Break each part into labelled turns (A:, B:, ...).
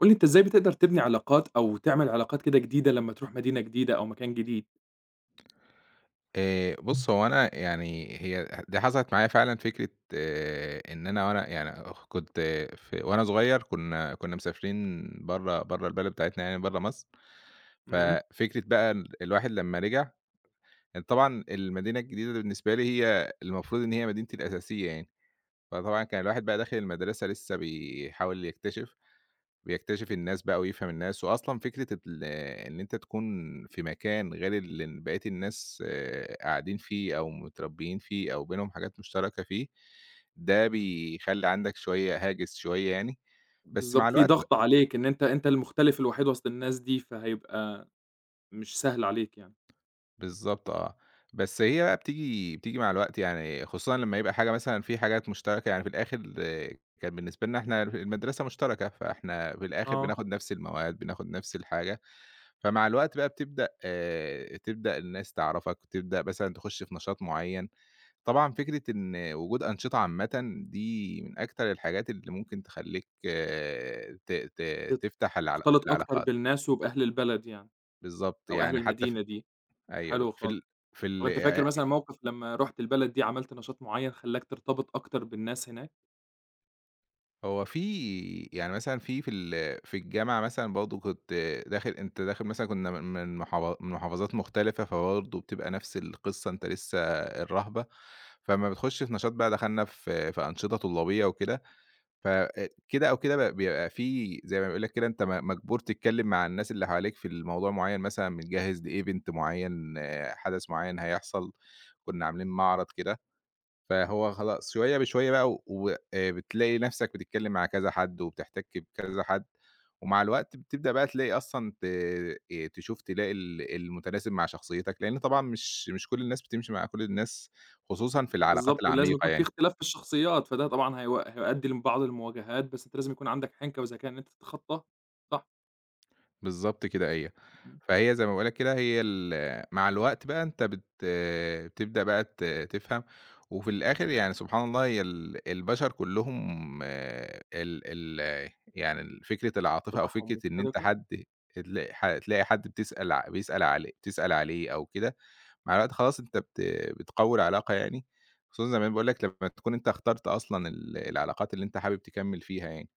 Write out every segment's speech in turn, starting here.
A: قُل لي أنت إزاي بتقدر تبني علاقات أو تعمل علاقات كده جديدة لمّا تروح مدينة جديدة أو مكان جديد؟
B: بُص، هو أنا هي دي حصلت معايا فعلًا فكرة إن أنا وأنا يعني كنت في وأنا صغير كنا مسافرين برّه البلد بتاعتنا يعني برّه مصر.
A: إمم.
B: ففكرة بقى الواحد لمّا رجع، طبعًا المدينة الجديدة بالنسبة لي هي المفروض إن هي مدينتي الأساسية يعني، فطبعًا كان الواحد بقى داخل المدرسة لسه بيحاول يكتشف، بيكتشف الناس بقى ويفهم الناس، وأصلًا فكرة إن أنت تكون في مكان غير اللي بقية الناس قاعدين فيه أو متربيين فيه أو بينهم حاجات مشتركة فيه، ده بيخلّي عندك شوية هاجس شوية يعني. بس مع
A: بالضبط، في
B: الوقت ب
A: ضغط عليك إن أنت المختلف الوحيد وسط الناس دي، فهيبقى مش سهل عليك يعني.
B: بالضبط آه، بس هي بقى بتيجي مع الوقت يعني، خصوصًا لمّا يبقى حاجة مثلًا، في حاجات مشتركة يعني في الآخر آه. كان بالنسبة لنا إحنا المدرسة مشتركة، فإحنا في الآخر
A: آه.
B: بناخد نفس المواد، بناخد نفس الحاجة. فمع الوقت بقى بتبدأ تبدأ الناس تعرفك، وتبدأ مثلًا تخش في نشاط معيّن. طبعًا فكرة إن وجود أنشطة عامةً دي من أكتر الحاجات اللي ممكن تخلّيك آه، ت ت
A: تت
B: تفتح
A: تختلط أكتر
B: العلاقات.
A: بالناس وبأهل البلد يعني
B: بالضبط
A: أو أهل
B: يعني حتى في
A: المدينة دي،
B: أيوه
A: حلو
B: في
A: خالص.
B: ال في
A: طب
B: ال
A: أنت فاكر مثلًا موقف لمّا رُحت البلد دي عملت نشاط معيّن خلّاك ترتبط أكتر بالناس هناك؟
B: هو في يعني مثلًا في الجامعة مثلًا برضه كنت داخل مثلًا، كنا من محافظات مختلفة، فبرضه بتبقى نفس القصة أنت لسه الرهبة. فأمّا بتخش في نشاط بقى، دخلنا في أنشطة طلابية وكده، فكده أو كده ب بيبقى في زي ما بيقول لك كده، أنت مجبور تتكلم مع الناس اللي حواليك في الموضوع معيّن. مثلًا بنجهّز لevent معيّن، آه، حدث معيّن هيحصل، كنا عاملين معرض كده. فهو خلاص شوية بشوية بقى، و وآآ بتلاقي نَفْسك بتتكلّم مع كذا حد وبتحتك بكذا حد. ومع الوقت بتبدأ بقى تلاقي أصلًا ت تشوف تلاقي المتناسب مع شخصيتك، لإن طبعًا مش كل الناس بتمشي مع كل الناس، خصوصًا في العلاقات
A: بالضبط، لازم يكون
B: العميقة
A: في
B: يعني.
A: اختلاف في الشخصيات، فده طبعًا هيؤدي لبعض المواجهات، بس أنت لازم يكون عندك حِنكة وذكاء إن أنت تتخطاها، صح.
B: بالضبط كده أيوه. فهي زي ما باقول لك كده، هي ال مع الوقت بقى أنت بتبدأ بقى تفهم. وفي الآخر يعني سبحان الله، هي البشر كلّهم آه، ال ال يعني ال فكرة العاطفة أو
A: تبعهم
B: فكرة إن أنت
A: مشتركة،
B: حد، تلاقي حد بتسأل ع بيسأل عليه، بتسأل عليه أو كده. مع الوقت خلاص أنت بتقوي العلاقة يعني، خصوصًا زي ما باقول لك، لمّا تكون أنت اخترت أصلًا العلاقات اللي أنت حابب تكمّل فيها يعني.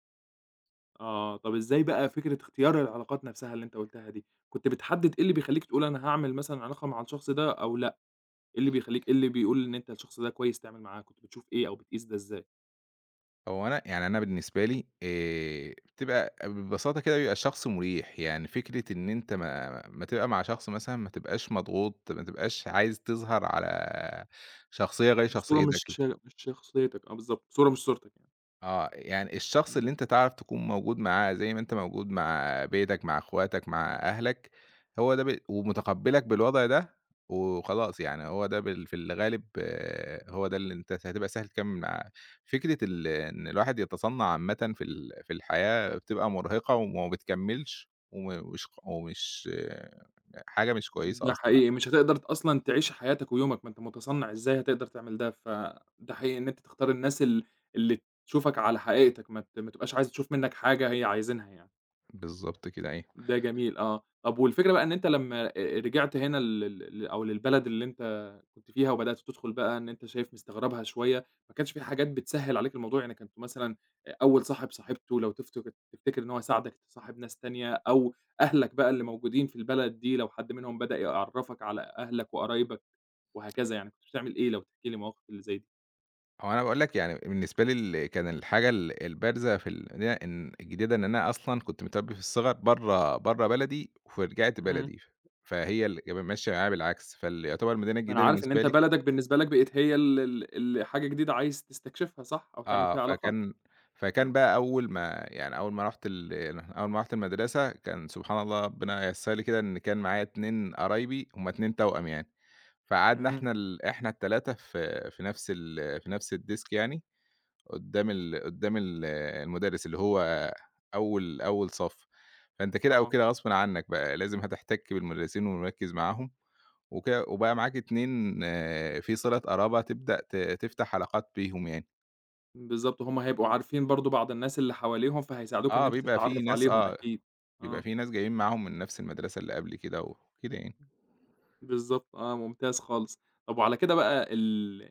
A: آه، طَب إزاي بقى فكرة اختيار العلاقات نفْسها اللي أنت قُلتها دي، كنت بتحدد إيه اللي بيخلّيك تقول أنا هاعمل مثلًا علاقة مع الشخص ده أو لأ، إيه اللي بيقول إن أنت الشخص ده كويس تعمل معاه، كنت بتشوف إيه أو بتقيس ده إزاي؟
B: هو أنا بالنسبة لي بتبقى ببساطة كده بيبقى الشخص مريح. يعني فكرة إن أنت ما تبقى مع شخص مثلًا، ما تبقاش مضغوط، ما تبقاش عايز تظهر على شخصية غير
A: بصورة مش
B: شخصيتك.
A: مش شخصيتك، آه بالضبط، صورة مش صورتك يعني،
B: آه، يعني الشخص
A: إمم.
B: اللي أنت تعرف تكون موجود معاه زي ما أنت موجود مع بيتك، مع أخواتك، مع أهلك، هو ده ب ومتقبّلك بالوضع ده. وخلاص يعني هو ده في الغالب آه، هو ده اللي أنت هتبقى سهل تكمّل معاه. فكرة إن الواحد يتصنّع عامةً في الحياة بتبقى مرهقة وما بتكمّلش، وم وش ومش آه، حاجة مش كويسة
A: ده
B: أصلًا.
A: حقيقي مش هتقدر أصلًا تعيش حياتك ويومك، ما أنت متصنّع إزاي هتقدر تعمل ده، فده حقيقي إن أنت تختار الناس اللي تشوفك على حقيقتك، ما تبقاش عايز تشوف منك حاجة هي عايزينها يعني.
B: بالضبط كده، أيوه.
A: ده جميل آه، طب والفكرة بقى إن أنت لمّا رجعت هنا لل لل أو للبلد اللي أنت كنت فيها وبدأت تدخل بقى إن أنت شايف مستغربها شوية، ما كانش في حاجات بتسهّل عليك الموضوع؟ يعني كنت مثلًا أول صاحبته لو تفتكر إن هو ساعدك تصاحب ناس تانية أو أهلك بقى اللي موجودين في البلد دي لو حد منهم بدأ يعرّفك على أهلك وقرايبك وهكذا يعني، كنت بتعمل إيه لو تحكي لي مواقف اللي زي دي؟
B: هو أنا باقول لك يعني بالنسبة لي كان الحاجة البارزة في ال إن الجديدة، إن أنا أصلًا كنت متربي في الصغر برّه بلدي، ورجعت
A: إمم.
B: بلدي. فهي اللي كانت ماشية معايا بالعكس، يعتبر المدينة
A: ما أنا
B: الجديدة
A: عارف إن
B: بالنسبة
A: أنت
B: لي
A: بلدك بالنسبة لك بقت هي ال حاجة جديدة عايز تستكشفها صح؟ أو تعمل
B: آه.
A: فيها علاقات.
B: فكان
A: آه.
B: بقى أول ما رُحت أول ما رُحت المدرسة، كان سبحان الله ربنا ييسّر لي كده إن كان معايا 2 قرايبي هُم 2 توأم يعني. فقعدنا
A: إمم.
B: إحنا إحنا ال3 في نفس في نفس الديسك يعني، قدّام المدرس، اللي هو أول صف. فأنت كده أو
A: آه،
B: كده، غصبٍ عنّك بقى لازم هتحتَك بالمدرسين ومركّز معاهم. وكده، وبقى معاك 2 في صِلة قرابة، تبدأ تفتح علاقات بيهم يعني.
A: بالضبط، هُم هيبقوا عارفين برضه بعض الناس اللي حواليهم، فهيساعدوك إن
B: آه
A: أنت
B: بيبقى في
A: تتعرّف
B: ناس
A: عليهم
B: آه،
A: أكيد،
B: بيبقى
A: آه.
B: في ناس جايين معاهم من نفْس المدرسة اللي قبل كده وكده يعني.
A: بالضبط آه، ممتاز خالص. طب وعلى كده بقى ال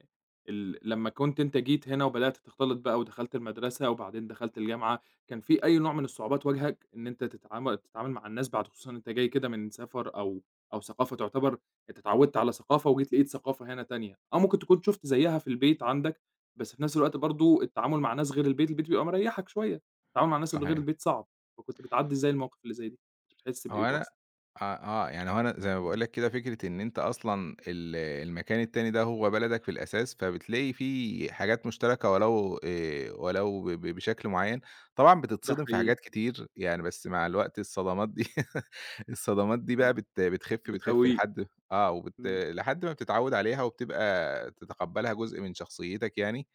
A: ال لمّا كنت أنت جيت هنا وبدأت تختلط بقى ودخلت المدرسة وبعدين دخلت الجامعة، كان في أي نوع من الصعوبات واجهك إن أنت تتعامل مع الناس بعد خصوصًا أنت جاي كده من سفر أو ثقافة تعتبر أنت اتعودت على ثقافة وجيت لقيت ثقافة هنا تانية، آه ممكن تكون شُفت زيّها في البيت عندك، بس في نفس الوقت برضه التعامل مع ناس غير البيت، البيت بيبقى مريّحك شوية، التعامل مع الناس اللي غير
B: صحيح.
A: البيت صعب، فكنت بتعدّي إزاي المواقف اللي زي دي؟ بتحس بإيه
B: هو
A: بقى
B: أنا
A: أصلًا؟
B: آه، آه، يعني هو أنا زي ما
A: إمم.
B: باقول لك كده، فكرة إن أنت أصلًا المكان التاني ده هو بلدك في الأساس، فبتلاقي فيه حاجات مشتركة، ولو ب ب بشكل معيّن. طبعًا
A: ده
B: بتتصدم في
A: حقيقي،
B: حاجات كتير يعني، بس مع الوقت الصدمات دي الصدمات دي
A: آه،
B: بقى بتخف، بتخف
A: بتقويك.
B: لحد آه،
A: إمم.
B: لحد ما بتتعوّد عليها وبتبقى تتقبّلها جزء من شخصيتك يعني.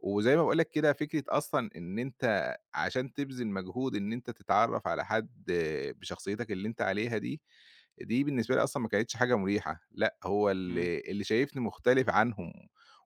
B: وزي ما باقول لك كده، فكرة أصلًا إن أنت عشان تبذل مجهود إن أنت تتعرّف على حد بشخصيتك اللي أنت عليها دي، دي بالنسبة لي أصلًا ما كانتش حاجة مُريحة. لأ، هو
A: إمم.
B: اللي شايفني مختلف عنهم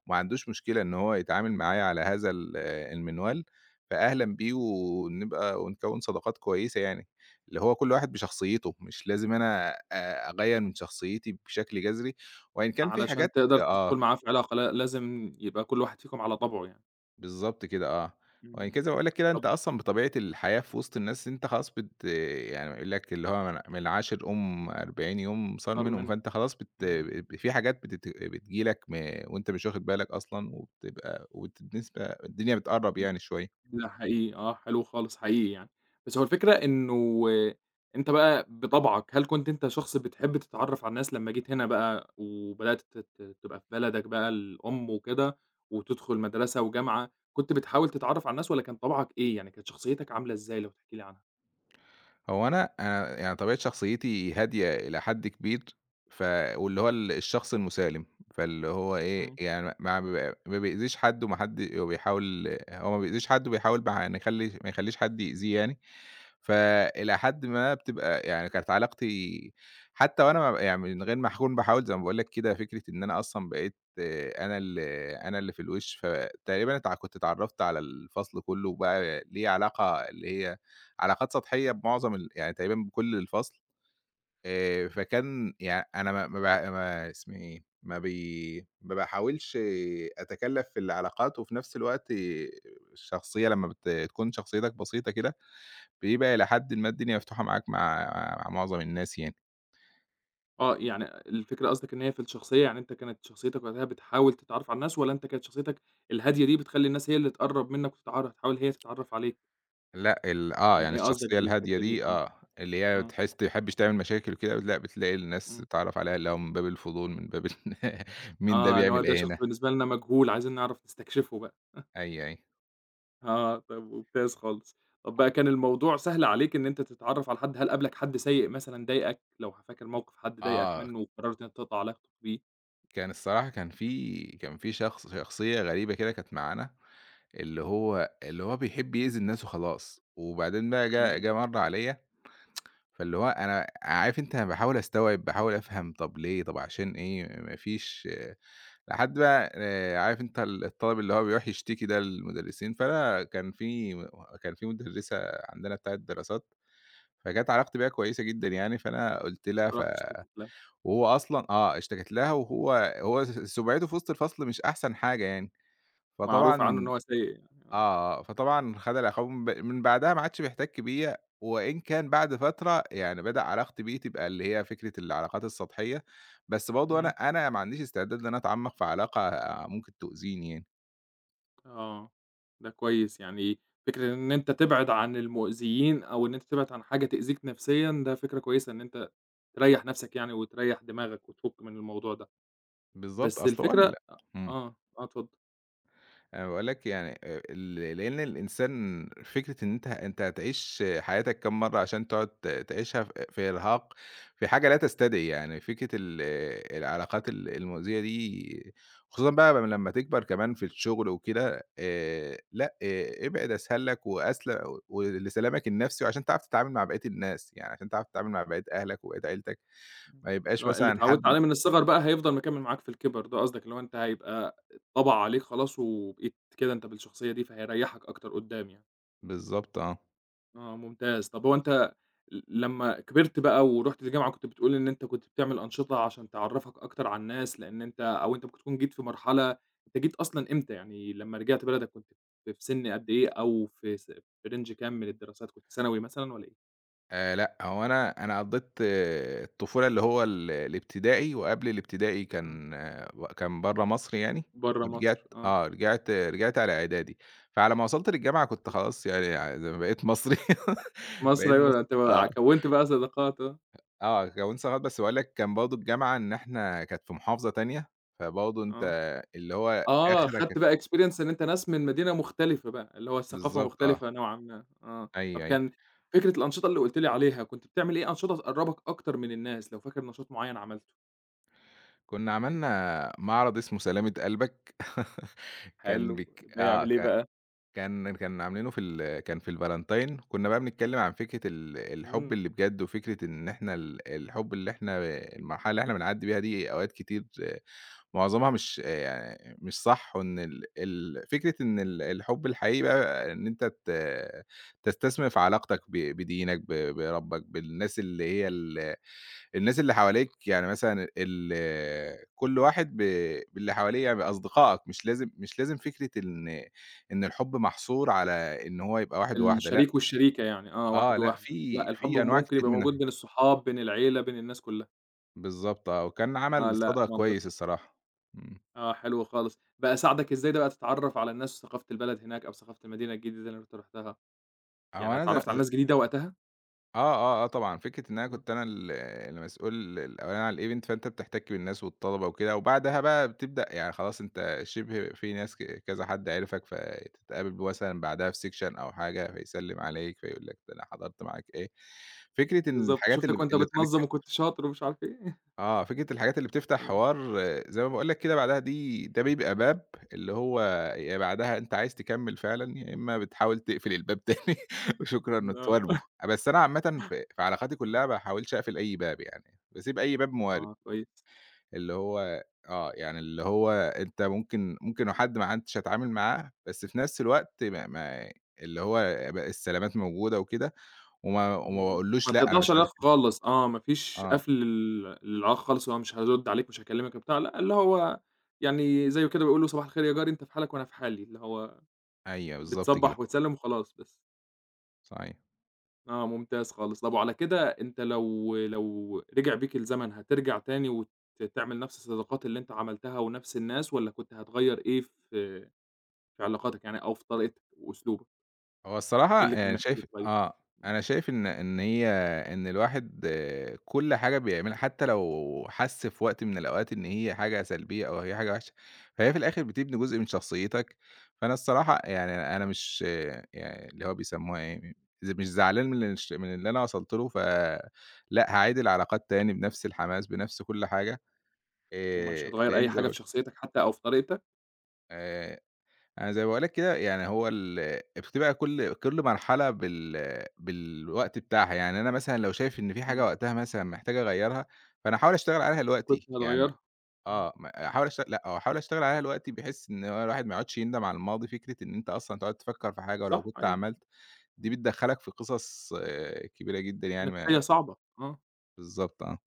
B: وما عندوش مشكلة إن هو يتعامل معايا على هذا المنوال، فأهلًا بيه، ونكوّن صداقات كويسة يعني. اللي هو كل واحد بشخصيته، مش لازم أنا أغيّر من شخصيتي بشكل جذري، وإن كان في
A: علشان
B: حاجات
A: تقدر
B: آه.
A: تدخل معاه في علاقة، لا لازم يبقى كل واحد فيكم على طبعه يعني،
B: بالضبط كده آه. وبعد
A: إمم.
B: كده زي ما باقول لك كده، أنت
A: طب
B: أصلًا بطبيعة الحياة في وسط الناس، أنت خلاص يعني يقول لك، اللي هو من العاشر قوم 40 يوم صار
A: اختار
B: منهم،
A: منهم،
B: فأنت خلاص بت
A: إمم.
B: ب في حاجات بتيجي لك وأنت مش واخد بالك أصلًا، وبتبقى وبت بالنسبة الدنيا بتقرّب يعني شوية.
A: ده حقيقي آه، حلو خالص حقيقي يعني، بس هو الفكرة إنه أنت بقى بطبعك، هل كنت أنت شخص بتحب تتعرف على الناس لمّا جيت هنا بقى وبدأت ت ت تبقى في بلدك بقى الأم وكده، وتدخل مدرسة وجامعة، كنت بتحاول تتعرف على الناس والّا كان طبعك إيه، يعني كانت شخصيتك عاملة إزاي لو تحكي لي عنها؟
B: هو أنا يعني طبيعة شخصيتي هادية إلى حد كبير. ف واللي هو ال الشخص المُسالم، فاللي هو إيه،
A: إمم.
B: يعني ما ب ما بيأذيش حد وما حد وبيحاول هو ما بيأذيش حد، وبيحاول ما ح نخلي ما يخلّيش حد يأذيه يعني. فإلى حد ما بتبقى يعني كانت علاقتي، حتى وأنا ما يعني من غير ما أكون باحاول. زي ما باقول لك كده، فكرة إن أنا أصلًا بقيت آه، أنا اللي في الوِش، فتقريبًا كنت اتعرّفت على الفصل كُلّه، وبقى ليّا علاقة اللي هي علاقات سطحية بمعظم يعني تقريبًا بكل الفصل. فكان يعني أنا ما ما ب ما اسمه إيه، ما بي ما باحاولش أتكلّف في العلاقات. وفي نفس الوقت الشخصية لمّا تكون شخصيتك بسيطة كده، بيبقى إلى حدٍ ما الدنيا مفتوحة معاك مع معظم الناس يعني.
A: آه، يعني الفكرة قصدك إن هي في الشخصية، يعني أنت كانت شخصيتك وقتها بتحاول تتعرّف على الناس والّا أنت كانت شخصيتك الهادية دي بتخلّي الناس هي اللي تقرّب منّك تحاول هي تتعرّف عليك؟
B: لأ ال آه،
A: يعني
B: يعني
A: إيه قصدك
B: الشخصية الهادية
A: بالحتّة دي؟
B: دي
A: آه.
B: آه، اللي هي
A: آه.
B: تحس تحبش تعمل مشاكل وكده، لأ بتلاقي الناس
A: إمم.
B: تتعرّف عليها، اللي هو من باب الفضول، من باب مين ده
A: آه، إن هو
B: بيعمل
A: ده
B: إيه
A: شخص
B: هنا؟
A: بالنسبة لنا مجهول عايزين نعرف نستكشفه بقى.
B: أيوه، أيوه.
A: آه، طب ممتاز خالص. طب بقى كان الموضوع سهل عليك إن أنت تتعرّف على حد، هل قابلك حد سيء مثلًا ضايقك؟ لو فاكر موقف حد ضايقك
B: آه،
A: منّه وقررت إن أنت تقطع علاقتك بيه؟
B: كان الصراحة كان في شخص شخصية غريبة كده كانت معانا، اللي هو بيحب يأذي الناس وخلاص. وبعدين بقى جه
A: إمم.
B: مرّة عليَّ. فاللي هو أنا عارف أنت، أنا باحاول أستوعب، باحاول أفهم، طَب ليه، طَب عشان إيه؟ ما فيش، لحد بقى عارف أنت الطالب اللي هو بيروح يشتكي ده للمدرسين. فأنا كان في مدرسة عندنا بتاعة دراسات، فكانت علاقتي بيها كويسة جدًا يعني. فأنا قُلت لها ف
A: رُحت اشتكيت له،
B: وهو أصلًا آه، اشتكيت لها، وهو هو س سُمعته في وسط الفصل مش أحسن حاجة يعني.
A: معروف عنّه إن
B: فطبعًا
A: هو سيء يعني، آه.
B: آه، فطبعًا خَد العقاب من بعدها، ما عادش بيحتَك بيّا. وإن كان بعد فترة يعني بدأ علاقتي بيه تبقى اللي هي فكرة العلاقات السطحية، بس برضه أنا
A: إمم.
B: أنا ما عنديش استعداد إن أنا أتعمّق في علاقة آه، ممكن تؤذيني يعني.
A: آه، ده كويس، يعني فكرة إن أنت تبعد عن المؤذيين أو إن أنت تبعد عن حاجة تأذيك نفسيًا، ده فكرة كويسة إن أنت تريّح نفسك يعني وتريّح دماغك وتفُك من الموضوع ده،
B: بالضبط،
A: بس
B: أصل هو ال
A: الفكرة
B: إمم.
A: آه، آه اتفضل.
B: أنا باقول لك يعني ال لإن الإنسان، فكرة إن أنت هتعيش حياتك كام مرّة، عشان تقعد تعيشها في إرهاق، في حاجة لا تستدعي. يعني فكرة ال آه، العلاقات المؤذية دي، خصوصًا بقى لمّا تكبر كمان في الشغل وكده. لأ، ابعد، أسهل لك ولسلامك النفسي، وعشان تعرف تتعامل مع بقية الناس، يعني عشان تعرف تتعامل مع بقية أهلك وبقية عيلتك،
A: إمم.
B: ما
A: اللي
B: يبقاش
A: هو اللي
B: مثلًا
A: اتعوّدت
B: حد.
A: عليه من الصغر بقى هيفضل مكمّل معاك في الكِبَر، ده قصدك اللي هو أنت هيبقى اتطبع عليك خلاص وبقيت كده أنت بالشخصية دي، فهيريّحك أكتر قُدّام يعني.
B: بالضبط آه.
A: آه، ممتاز. طب هو أنت لمّا كبرت بقى ورُحت الجامعة كنت بتقول إن أنت كنت بتعمل أنشطة عشان تعرّفك أكتر على الناس، لإن أنت أو أنت ممكن تكون جيت في مرحلة أنت جيت أصلًا إمتى؟ يعني لمّا رجعت بلدك كنت في سِن قد إيه أو في رينج كام من الدراسات، كنت ثانوي مثلًا والّا إيه؟
B: لأ، هو أنا قضّيت آه، الطفولة اللي هو الابتدائي وقبل الابتدائي،
A: آه،
B: كان آه، و كان برّه مصر يعني.
A: برّه مصر،
B: ورجعت
A: آه.
B: آه، رجعت على إعدادي. فعلى ما وصلت للجامعة كنت خلاص يعني، زي ما بقيت مصري
A: مصر
B: بقيت
A: أيوه،
B: مصري
A: أنت
B: آه.
A: بقى كوّنت بقى صداقات، آه،
B: آه كوّنت صداقات، بس باقول لك كان برضه الجامعة إن إحنا كانت في محافظة تانية، فبرضه أنت
A: آه.
B: اللي هو
A: آه،
B: آخرك
A: خدت بقى experience إن أنت ناس من مدينة مختلفة بقى، اللي هو الثقافة
B: بالضبط آه،
A: مختلفة نوعًا ما، آه، طب
B: أيوه، أيوه.
A: كان فكرة الأنشطة اللي قُلت لي عليها، كنت بتعمل إيه أنشطة تقرّبك أكتر من الناس، لو فاكر نشاط معيّن عملته؟
B: كنا عملنا معرض اسمه سلامة قلبك كان
A: حلو،
B: بيك
A: ده
B: آه
A: يعمل إيه
B: ك
A: بقى؟
B: كان كان عاملينه في ال كان في الفالنتاين. كنا بقى بنتكلّم عن فكرة الحُب
A: إمم.
B: اللي بجد، وفكرة إن إحنا ال الحُب اللي إحنا المرحلة اللي إحنا بنعدّي بيها دي أوقات كتير آه، معظمها مش آه، يعني مش صح. وإن ال ال فكرة إن الحُب الحقيقي بقى، إن أنت تستثمر في علاقتك بدينك، بربّك، بالناس اللي هي الناس اللي حواليك يعني، مثلًا ال كل واحد ب باللي حواليه يعني، بأصدقائك. مش لازم فكرة إن الحب محصور على إن هو يبقى واحد وواحدة، لأ،
A: الشريك والشريكة يعني، آه،
B: آه،
A: واحد
B: لأ،
A: وواحدة،
B: في
A: لأ الحب
B: في أنواع
A: ممكن
B: كتير
A: يبقى
B: من
A: موجود بين الصحاب، بين العيلة، بين الناس كلّها،
B: بالضبط آه، وكان
A: آه،
B: عمل
A: لأ
B: صدى
A: منطقي،
B: كويس الصراحة. إمم،
A: آه، حلو خالص، بقى ساعدك إزاي ده بقى تتعرّف على الناس وثقافة البلد هناك أو ثقافة المدينة الجديدة اللي أنت رُحتها،
B: هو
A: يعني
B: أنا
A: اتعرّفت على
B: ز
A: ناس جديدة وقتها؟
B: آه، آه، آه طبعًا، فكرة إن أنا
A: إمم.
B: كنت أنا المسؤول الأولاني على الevent، فأنت بتحتك بالناس والطلبة وكده. وبعدها بقى بتبدأ يعني خلاص، أنت شِبه في ناس كذا حد عرفك، فتتقابل مثلًا بعدها في section أو حاجة، فيسلِّم عليك، فيقول لك ده أنا حضرت معاك إيه. فكرة إن
A: بالضبط،
B: الحاجات اللي
A: شُفتك
B: ب
A: وأنت
B: اللي تخلّيك
A: بتنظّم وكنت شاطر ومش عارف إيه.
B: فكرة الحاجات اللي بتفتح
A: آه،
B: حوار آه، زي ما باقول لك كده بعدها، دي ده بيبقى باب، اللي هو يا بعدها أنت عايز تكمّل فعلًا، يا إمّا بتحاول تقفل الباب تاني وشكرًا
A: آه،
B: وتواكبه. بس أنا عامةً في علاقاتي كلّها ما باحاولش أقفل أي باب يعني، باسيب أي باب موارب.
A: آه كويس،
B: اللي هو آه، يعني اللي هو أنت ممكن لو حد ما عدتش هاتعامل معاه، بس في نفس الوقت ما ما اللي هو السلامات موجودة وكده. وما
A: بالضبط، ما
B: باقولوش لأ، أنا
A: تقطعش
B: مش عايز
A: العلاقة
B: أتكلم.
A: خالص، آه، ما فيش
B: آه،
A: قفل للعلاقة خالص، اللي هو مش هارُد عليك، مش هاكلمك وبتاع، لأ، اللي هو يعني زيه كده بيقولوا صباح الخير يا جاري، أنت في حالك وأنا في حالي، اللي هو
B: أيوه بالضبط كده.
A: بتصبّح وتسلّم وخلاص بس.
B: صحيح.
A: آه، ممتاز خالص، طَب وعلى كده أنت لو رجع بيك الزمن هترجع تاني تعمل نفس الصداقات اللي أنت عملتها ونفس الناس والّا كنت هتغيّر إيه في علاقاتك يعني أو في طريقتك وأسلوبك؟
B: هو
A: إيه
B: الصراحة
A: اللي كان
B: يعني
A: محتاج
B: شايف
A: يتغيّر؟
B: آه،
A: إمم،
B: أنا شايف إن إن هي إن الواحد آه، كل حاجة بيعملها، حتى لو حس في وقت من الأوقات إن هي حاجة سلبية أو هي حاجة وحشة، فهي في الآخر بتبني جزء من شخصيتك. فأنا الصراحة يعني، أنا مش آه، يعني اللي هو بيسموها إيه، مش زعلان من اللي أنا وصلت له، فلأ هاعيد العلاقات تاني بنفس الحماس بنفس كل حاجة،
A: ومش هتغيّر أي
B: لإن زي ما
A: حاجة في
B: قُلت.
A: شخصيتك حتى أو في طريقتك؟
B: آآ أنا زي ما باقول لك كده، يعني هو ال بتبقى كل مرحلة بالوقت بتاعها. يعني أنا مثلًا لو شايف إن في حاجة
A: إمم.
B: وقتها مثلًا محتاج أغيّرها، فأنا أحاول أشتغل عليها
A: كنت
B: دلوقتي. يعني م
A: هتغيّرها، إمم،
B: آه، م أحاول أشت لأ، هو أحاول أشتغل عليها دلوقتي، بحيث إن هو الواحد ما يقعدش يندم على الماضي، فكرة إن أنت أصلًا تقعد تفكّر في حاجة ولو
A: صح
B: كنت
A: أيوه،
B: عملت، دي
A: إمم،
B: بتدخّلك في قصص آه، كبيرة جدًا يعني
A: نفسية
B: ما.
A: صعبة، آه،
B: بالضبط آه،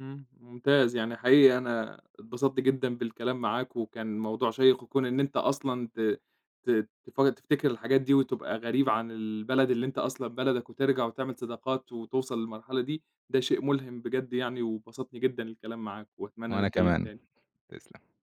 A: إمم، ممتاز، يعني حقيقي أنا اتبسطت جدًا بالكلام معاك، وكان موضوع شيّق وكون إن أنت أصلًا ت ت تف تفتكر الحاجات دي وتبقى غريب عن البلد اللي أنت أصلًا بلدك، وترجع وتعمل صداقات وتوصل للمرحلة دي، ده شيء ملهم بجد يعني، وبسطني جدًا الكلام معاك، وأتمنى
B: وأنا
A: نتكلم
B: كمان،
A: تاني.
B: تسلم.